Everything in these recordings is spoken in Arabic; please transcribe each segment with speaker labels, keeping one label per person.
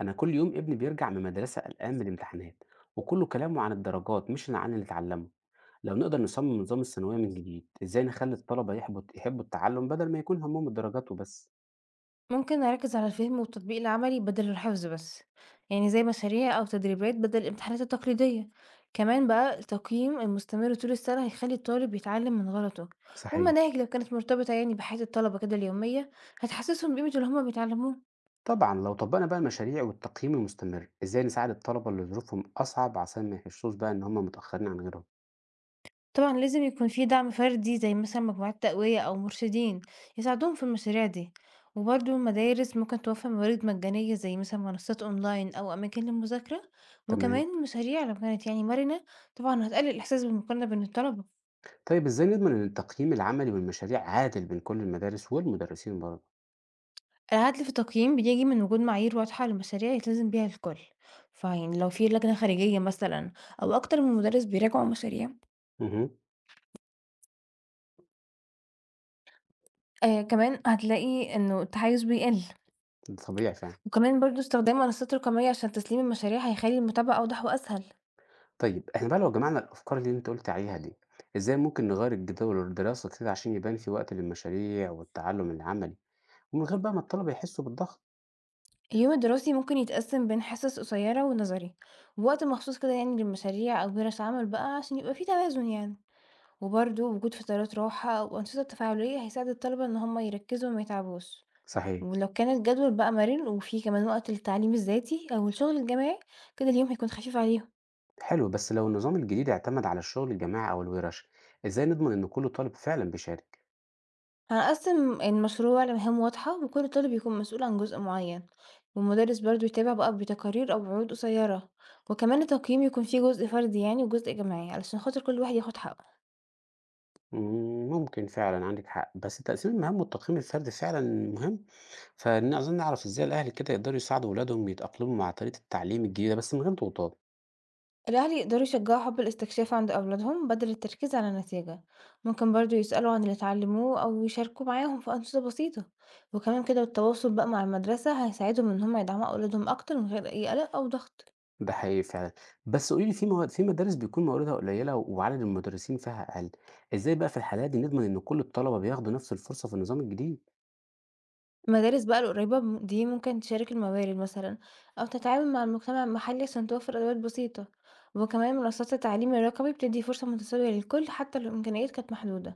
Speaker 1: أنا كل يوم ابني بيرجع من المدرسة قلقان من الامتحانات، وكله كلامه عن الدرجات مش عن اللي اتعلمه. لو نقدر نصمم نظام الثانوية من جديد، إزاي نخلي الطلبة يحبوا التعلم بدل ما يكون همهم الدرجات وبس؟
Speaker 2: ممكن أركّز على الفهم والتطبيق العملي بدل الحفظ بس، يعني زي مشاريع أو تدريبات بدل الامتحانات التقليدية، كمان بقى التقييم المستمر طول السنة هيخلّي الطالب يتعلم من غلطه،
Speaker 1: صحيح.
Speaker 2: والمناهج لو كانت مرتبطة يعني بحياة الطلبة كده اليومية هتحسّسهم بقيمة اللي هُم بيتعلموه.
Speaker 1: طبعا لو طبقنا بقى المشاريع والتقييم المستمر، إزاي نساعد الطلبة اللي ظروفهم أصعب عشان ما يحسوش بقى إن هم متأخرين عن غيرهم؟
Speaker 2: طبعًا لازم يكون في دعم فردي زي مثلًا مجموعات تقوية أو مرشدين يساعدوهم في المشاريع دي، وبرضه المدارس ممكن توفر موارد مجانية زي مثلًا منصات أونلاين أو أماكن للمذاكرة،
Speaker 1: تمام.
Speaker 2: وكمان مشاريع لو كانت يعني مرنة طبعًا هتقلل الإحساس بالمقارنة بين الطلبة.
Speaker 1: طيب إزاي نضمن إن التقييم العملي والمشاريع عادل بين كل المدارس والمدرسين برضه؟
Speaker 2: العدل في التقييم بيجي من وجود معايير واضحة للمشاريع يلتزم بيها الكل، فيعني لو في لجنة خارجية مثلًا أو أكتر من مدرس بيراجعوا المشاريع.
Speaker 1: مهم.
Speaker 2: كمان هتلاقي إنه التحيز بيقل.
Speaker 1: ده طبيعي فعلا.
Speaker 2: وكمان برضه استخدام منصات رقمية عشان تسليم المشاريع هيخلي المتابعة أوضح وأسهل.
Speaker 1: طيب إحنا بقى لو جمعنا الأفكار اللي أنت قُلت عليها دي، إزاي ممكن نغيّر الجدول الدراسة كده عشان يبان في وقت للمشاريع والتعلُّم العملي، ومن غير بقى ما الطلبة يحسّوا بالضغط؟
Speaker 2: اليوم الدراسي ممكن يتقسم بين حصص قصيرة ونظري ووقت مخصوص كده يعني للمشاريع أو ورش عمل بقى عشان يبقى فيه توازن يعني، وبرضه وجود فترات راحة أو أنشطة تفاعلية هيساعد الطلبة إن هما يركزوا وما يتعبوش.
Speaker 1: صحيح.
Speaker 2: ولو كان الجدول بقى مرن وفيه كمان وقت للتعليم الذاتي أو الشغل الجماعي كده اليوم هيكون خفيف عليهم.
Speaker 1: حلو، بس لو النظام الجديد اعتمد على الشغل الجماعي أو الورش، إزاي نضمن إن كل طالب فعلًا بيشارك؟
Speaker 2: هنقسم المشروع لمهام واضحة وكل طالب يكون مسؤول عن جزء معين، والمدرس برضو يتابع بقى بتقارير أو وعود قصيرة، وكمان التقييم يكون فيه جزء فردي يعني وجزء جماعي علشان خاطر كل واحد ياخد حقه.
Speaker 1: ممكن فعلًا عندِك حق، بس تقسيم المهام والتقييم الفردي فعلًا مهم، فن عاوزين نعرف إزاي الأهل كده يقدروا يساعدوا ولادهم يتأقلموا مع طريقة التعليم الجديدة بس من غير ضغوطات.
Speaker 2: الأهل يقدروا يشجعوا حب الاستكشاف عند أولادهم بدل التركيز على النتيجة، ممكن برضو يسألوا عن اللي اتعلموه أو يشاركوا معاهم في أنشطة بسيطة، وكمان كده التواصل بقى مع المدرسة هيساعدهم إن هم يدعموا أولادهم أكتر من غير أي قلق أو ضغط.
Speaker 1: ده حقيقي فعلًا. بس قولي لي في مواد في مدارس بيكون مواردها قليلة وعدد المدرسين فيها أقل، إزاي بقى في الحالات دي نضمن إن كل الطلبة بياخدوا نفس الفرصة في النظام الجديد؟
Speaker 2: المدارس بقى القريبة دي ممكن تشارك الموارد مثلا، أو تتعاون مع المجتمع المحلي عشان توفر أدوات بسيطة، وكمان منصات التعليم الرقمي بتدي فرصة متساوية للكل حتى لو الإمكانيات كانت محدودة.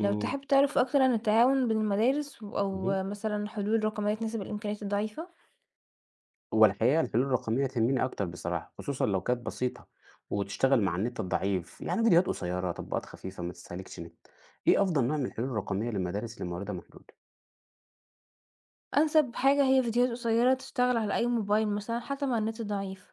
Speaker 2: لو تحب تعرف أكتر عن التعاون بين المدارس
Speaker 1: اهم.
Speaker 2: أو مثلا حلول رقمية تناسب الإمكانيات الضعيفة.
Speaker 1: هو الحقيقة الحلول الرقمية تهمني أكتر بصراحة، خصوصًا لو كانت بسيطة وتشتغل مع النت الضعيف، يعني فيديوهات قصيرة، تطبيقات خفيفة ما تستهلكش نت. إيه أفضل نوع من الحلول الرقمية للمدارس اللي مواردها محدودة؟
Speaker 2: أنسب حاجة هي فيديوهات قصيرة تشتغل على أي موبايل مثلا حتى مع النت الضعيف،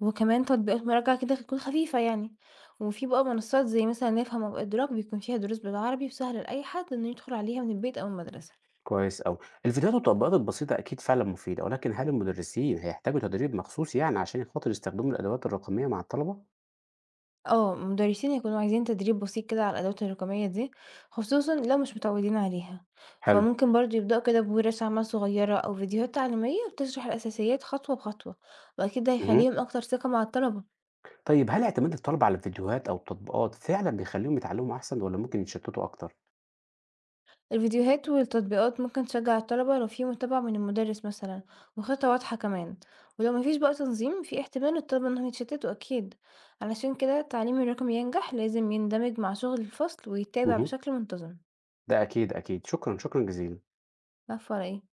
Speaker 2: وكمان تطبيقات مراجعة كده بتكون خفيفة يعني، وفي بقى منصات زي مثلا نفهم أو إدراك بيكون فيها دروس بالعربي وسهلة لأي حد إنه يدخل عليها من البيت أو المدرسة.
Speaker 1: كويس أوي. الفيديوهات والتطبيقات البسيطة أكيد فعلًا مفيدة، ولكن هل المدرسين هيحتاجوا تدريب مخصوص يعني عشان خاطر يستخدموا الأدوات الرقمية مع الطلبة؟
Speaker 2: اه، المدرسين يكونوا عايزين تدريب بسيط كده على الأدوات الرقمية دي، خصوصا لو مش متعودين عليها.
Speaker 1: حلو.
Speaker 2: فممكن برضو يبدأوا كده بورش عمل صغيرة أو فيديوهات تعليمية بتشرح الأساسيات خطوة بخطوة، وأكيد ده
Speaker 1: اهم.
Speaker 2: هيخليهم أكتر ثقة مع الطلبة.
Speaker 1: طيب هل اعتماد الطلبة على الفيديوهات أو التطبيقات فعلا بيخليهم يتعلموا أحسن ولا ممكن يتشتتوا أكتر؟
Speaker 2: الفيديوهات والتطبيقات ممكن تشجع الطلبة لو في متابعة من المدرس مثلا وخطة واضحة كمان، ولو مفيش بقى تنظيم في احتمال الطلبة انهم يتشتتوا أكيد. علشان كده التعليم الرقمي ينجح لازم يندمج مع شغل الفصل ويتابع
Speaker 1: اهم.
Speaker 2: بشكل منتظم.
Speaker 1: ده أكيد أكيد، شكرا جزيلا
Speaker 2: عفوا، على ايه؟